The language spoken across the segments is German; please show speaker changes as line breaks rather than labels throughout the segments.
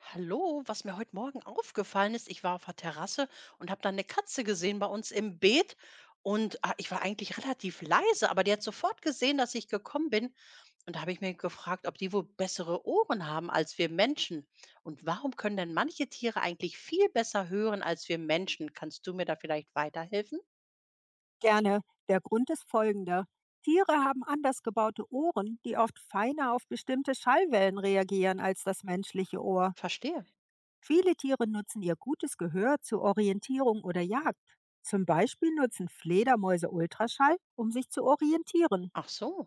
Hallo, was mir heute Morgen aufgefallen ist, ich war auf der Terrasse und habe dann eine Katze gesehen bei uns im Beet. Und ich war eigentlich relativ leise, aber die hat sofort gesehen, dass ich gekommen bin. Und da habe ich mir gefragt, ob die wohl bessere Ohren haben als wir Menschen. Und warum können denn manche Tiere eigentlich viel besser hören als wir Menschen? Kannst du mir da vielleicht weiterhelfen?
Gerne. Der Grund ist folgender. Tiere haben anders gebaute Ohren, die oft feiner auf bestimmte Schallwellen reagieren als das menschliche Ohr.
Verstehe.
Viele Tiere nutzen ihr gutes Gehör zur Orientierung oder Jagd. Zum Beispiel nutzen Fledermäuse Ultraschall, um sich zu orientieren.
Ach so.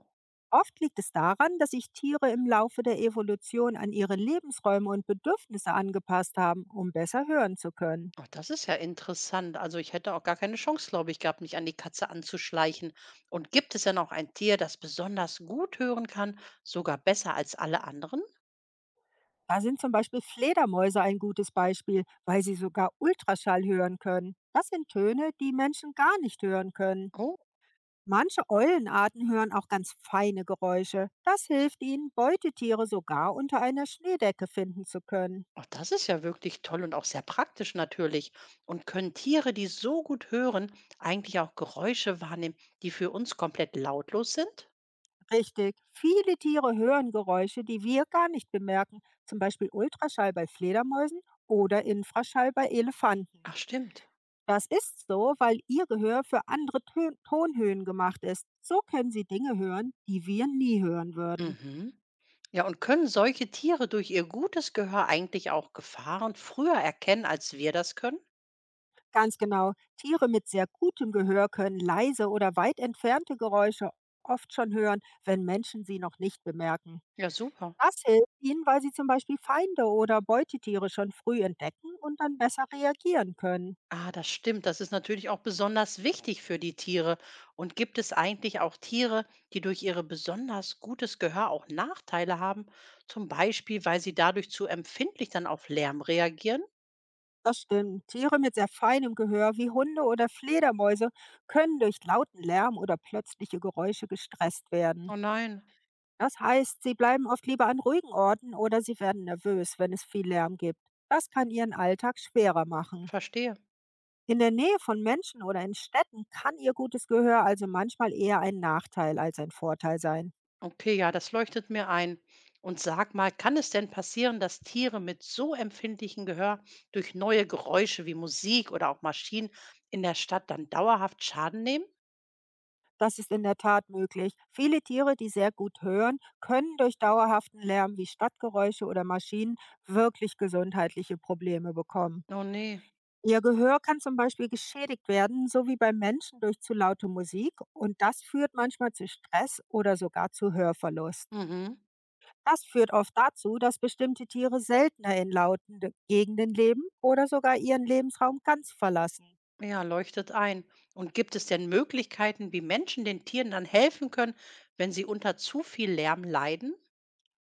Oft liegt es daran, dass sich Tiere im Laufe der Evolution an ihre Lebensräume und Bedürfnisse angepasst haben, um besser hören zu können.
Oh, das ist ja interessant. Also ich hätte auch gar keine Chance, glaube ich, gehabt, mich an die Katze anzuschleichen. Und gibt es denn auch ein Tier, das besonders gut hören kann, sogar besser als alle anderen?
Da sind zum Beispiel Fledermäuse ein gutes Beispiel, weil sie sogar Ultraschall hören können. Das sind Töne, die Menschen gar nicht hören können.
Oh,
Manche Eulenarten hören auch ganz feine Geräusche. Das hilft ihnen, Beutetiere sogar unter einer Schneedecke finden zu können.
oh, das ist ja wirklich toll und auch sehr praktisch natürlich. Und können Tiere, die so gut hören, eigentlich auch Geräusche wahrnehmen, die für uns komplett lautlos sind?
Richtig, viele Tiere hören Geräusche, die wir gar nicht bemerken, zum Beispiel Ultraschall bei Fledermäusen oder Infraschall bei Elefanten.
Ach, stimmt.
Das ist so, weil Ihr Gehör für andere Tön Tonhöhen gemacht ist. So können Sie Dinge hören, die wir nie hören würden.
Mhm. Ja, und können solche Tiere durch ihr gutes Gehör eigentlich auch Gefahren früher erkennen, als wir das können?
Ganz genau, Tiere mit sehr gutem Gehör können leise oder weit entfernte Geräusche oft schon hören, wenn Menschen sie noch nicht bemerken.
Ja, super.
Das hilft ihnen, weil sie zum Beispiel Feinde oder Beutetiere schon früh entdecken und dann besser reagieren können.
Ah, das stimmt. Das ist natürlich auch besonders wichtig für die Tiere. Und gibt es eigentlich auch Tiere, die durch ihre besonders gutes Gehör auch Nachteile haben? Zum Beispiel, weil sie dadurch zu empfindlich dann auf Lärm reagieren?
Das stimmt. Tiere mit sehr feinem Gehör wie Hunde oder Fledermäuse können durch lauten Lärm oder plötzliche Geräusche gestresst werden.
Oh nein,
Das heißt, sie bleiben oft lieber an ruhigen Orten oder sie werden nervös, wenn es viel Lärm gibt. Das kann ihren Alltag schwerer machen.
verstehe.
In der Nähe von Menschen oder in Städten kann ihr gutes Gehör also manchmal eher ein Nachteil als ein Vorteil sein.
Okay, ja, das leuchtet mir ein. Und sag mal, kann es denn passieren, dass Tiere mit so empfindlichem Gehör durch neue Geräusche wie Musik oder auch Maschinen in der Stadt dann dauerhaft Schaden nehmen?
Das ist in der Tat möglich. Viele Tiere, die sehr gut hören, können durch dauerhaften Lärm wie Stadtgeräusche oder Maschinen wirklich gesundheitliche Probleme bekommen.
Oh nee.
Ihr Gehör kann zum Beispiel geschädigt werden, so wie beim Menschen durch zu laute Musik. Und das führt manchmal zu Stress oder sogar zu Hörverlust.
Mhm.
Das führt oft dazu, dass bestimmte Tiere seltener in lauten Gegenden leben oder sogar ihren Lebensraum ganz verlassen.
Ja, leuchtet ein. Und gibt es denn Möglichkeiten, wie Menschen den Tieren dann helfen können, wenn sie unter zu viel Lärm leiden?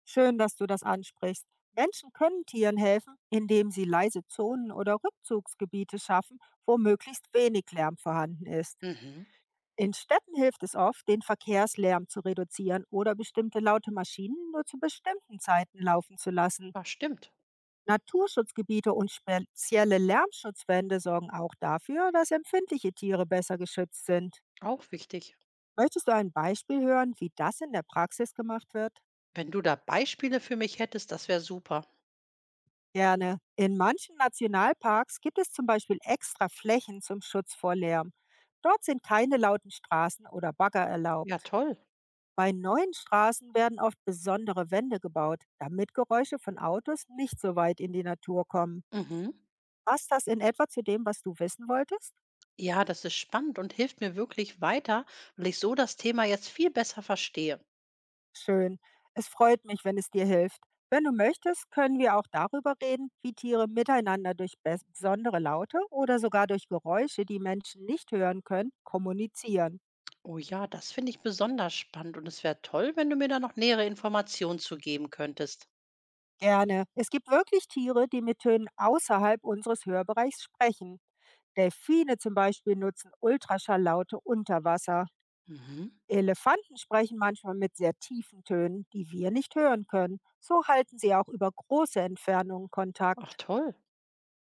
Schön, dass du das ansprichst. Menschen können Tieren helfen, indem sie leise Zonen oder Rückzugsgebiete schaffen, wo möglichst wenig Lärm vorhanden ist.
Mhm.
In Städten hilft es oft, den Verkehrslärm zu reduzieren oder bestimmte laute Maschinen nur zu bestimmten Zeiten laufen zu lassen.
Ah, stimmt.
Naturschutzgebiete und spezielle Lärmschutzwände sorgen auch dafür, dass empfindliche Tiere besser geschützt sind.
Auch wichtig.
Möchtest du ein Beispiel hören, wie das in der Praxis gemacht wird?
Wenn du da Beispiele für mich hättest, das wäre super.
Gerne. In manchen Nationalparks gibt es zum Beispiel extra Flächen zum Schutz vor Lärm. Dort sind keine lauten Straßen oder Bagger
Ja,
erlaubt.
toll.
Bei neuen Straßen werden oft besondere Wände gebaut, damit Geräusche von Autos nicht so weit in die Natur kommen.
Mhm.
Passt das in etwa zu dem, was du wissen wolltest?
Ja, das ist spannend und hilft mir wirklich weiter, weil ich so das Thema jetzt viel besser verstehe.
Schön. Es freut mich, wenn es dir hilft. Wenn du möchtest, können wir auch darüber reden, wie Tiere miteinander durch besondere Laute oder sogar durch Geräusche, die Menschen nicht hören können, kommunizieren.
Oh ja, das finde ich besonders spannend und es wäre toll, wenn du mir da noch nähere Informationen zu geben könntest.
Gerne. Es gibt wirklich Tiere, die mit Tönen außerhalb unseres Hörbereichs sprechen. Delfine zum Beispiel nutzen Ultraschalllaute unter Wasser.
Mhm.
Elefanten sprechen manchmal mit sehr tiefen Tönen, die wir nicht hören können. So halten sie auch über große Entfernungen
Ach,
Kontakt.
toll.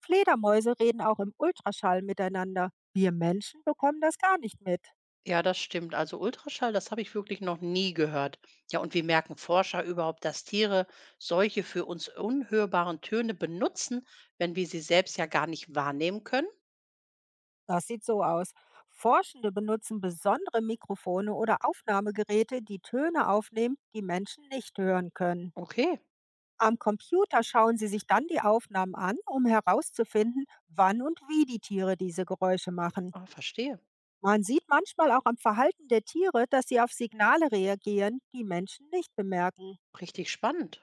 Fledermäuse reden auch im Ultraschall miteinander. Wir Menschen bekommen das gar nicht mit.
Ja, das stimmt. Also Ultraschall, das habe ich wirklich noch nie gehört. Ja, und wie merken Forscher überhaupt, dass Tiere solche für uns unhörbaren Töne benutzen, wenn wir sie selbst ja gar nicht wahrnehmen können?
Das sieht so aus. Forschende benutzen besondere Mikrofone oder Aufnahmegeräte, die Töne aufnehmen, die Menschen nicht hören können.
Okay,
Am Computer schauen sie sich dann die Aufnahmen an, um herauszufinden, wann und wie die Tiere diese Geräusche machen.
verstehe.
Man sieht manchmal auch am Verhalten der Tiere, dass sie auf Signale reagieren, die Menschen nicht bemerken.
Richtig spannend.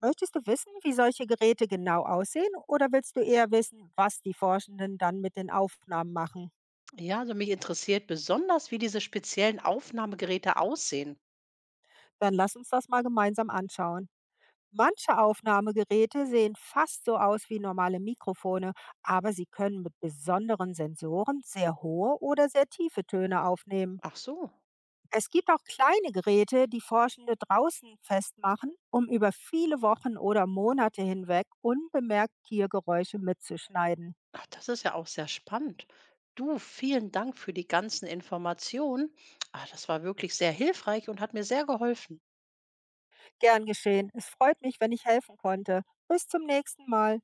Möchtest du wissen, wie solche Geräte genau aussehen oder willst du eher wissen, was die Forschenden dann mit den Aufnahmen machen?
Ja, also mich interessiert besonders, wie diese speziellen Aufnahmegeräte aussehen.
Dann lass uns das mal gemeinsam anschauen. Manche Aufnahmegeräte sehen fast so aus wie normale Mikrofone, aber sie können mit besonderen Sensoren sehr hohe oder sehr tiefe Töne aufnehmen.
Ach so.
Es gibt auch kleine Geräte, die Forschende draußen festmachen, um über viele Wochen oder Monate hinweg unbemerkt Tiergeräusche mitzuschneiden.
Ach, das ist ja auch sehr spannend. Du, vielen Dank für die ganzen Informationen. Das war wirklich sehr hilfreich und hat mir sehr geholfen.
Gern geschehen. Es freut mich, wenn ich helfen konnte. Bis zum nächsten Mal.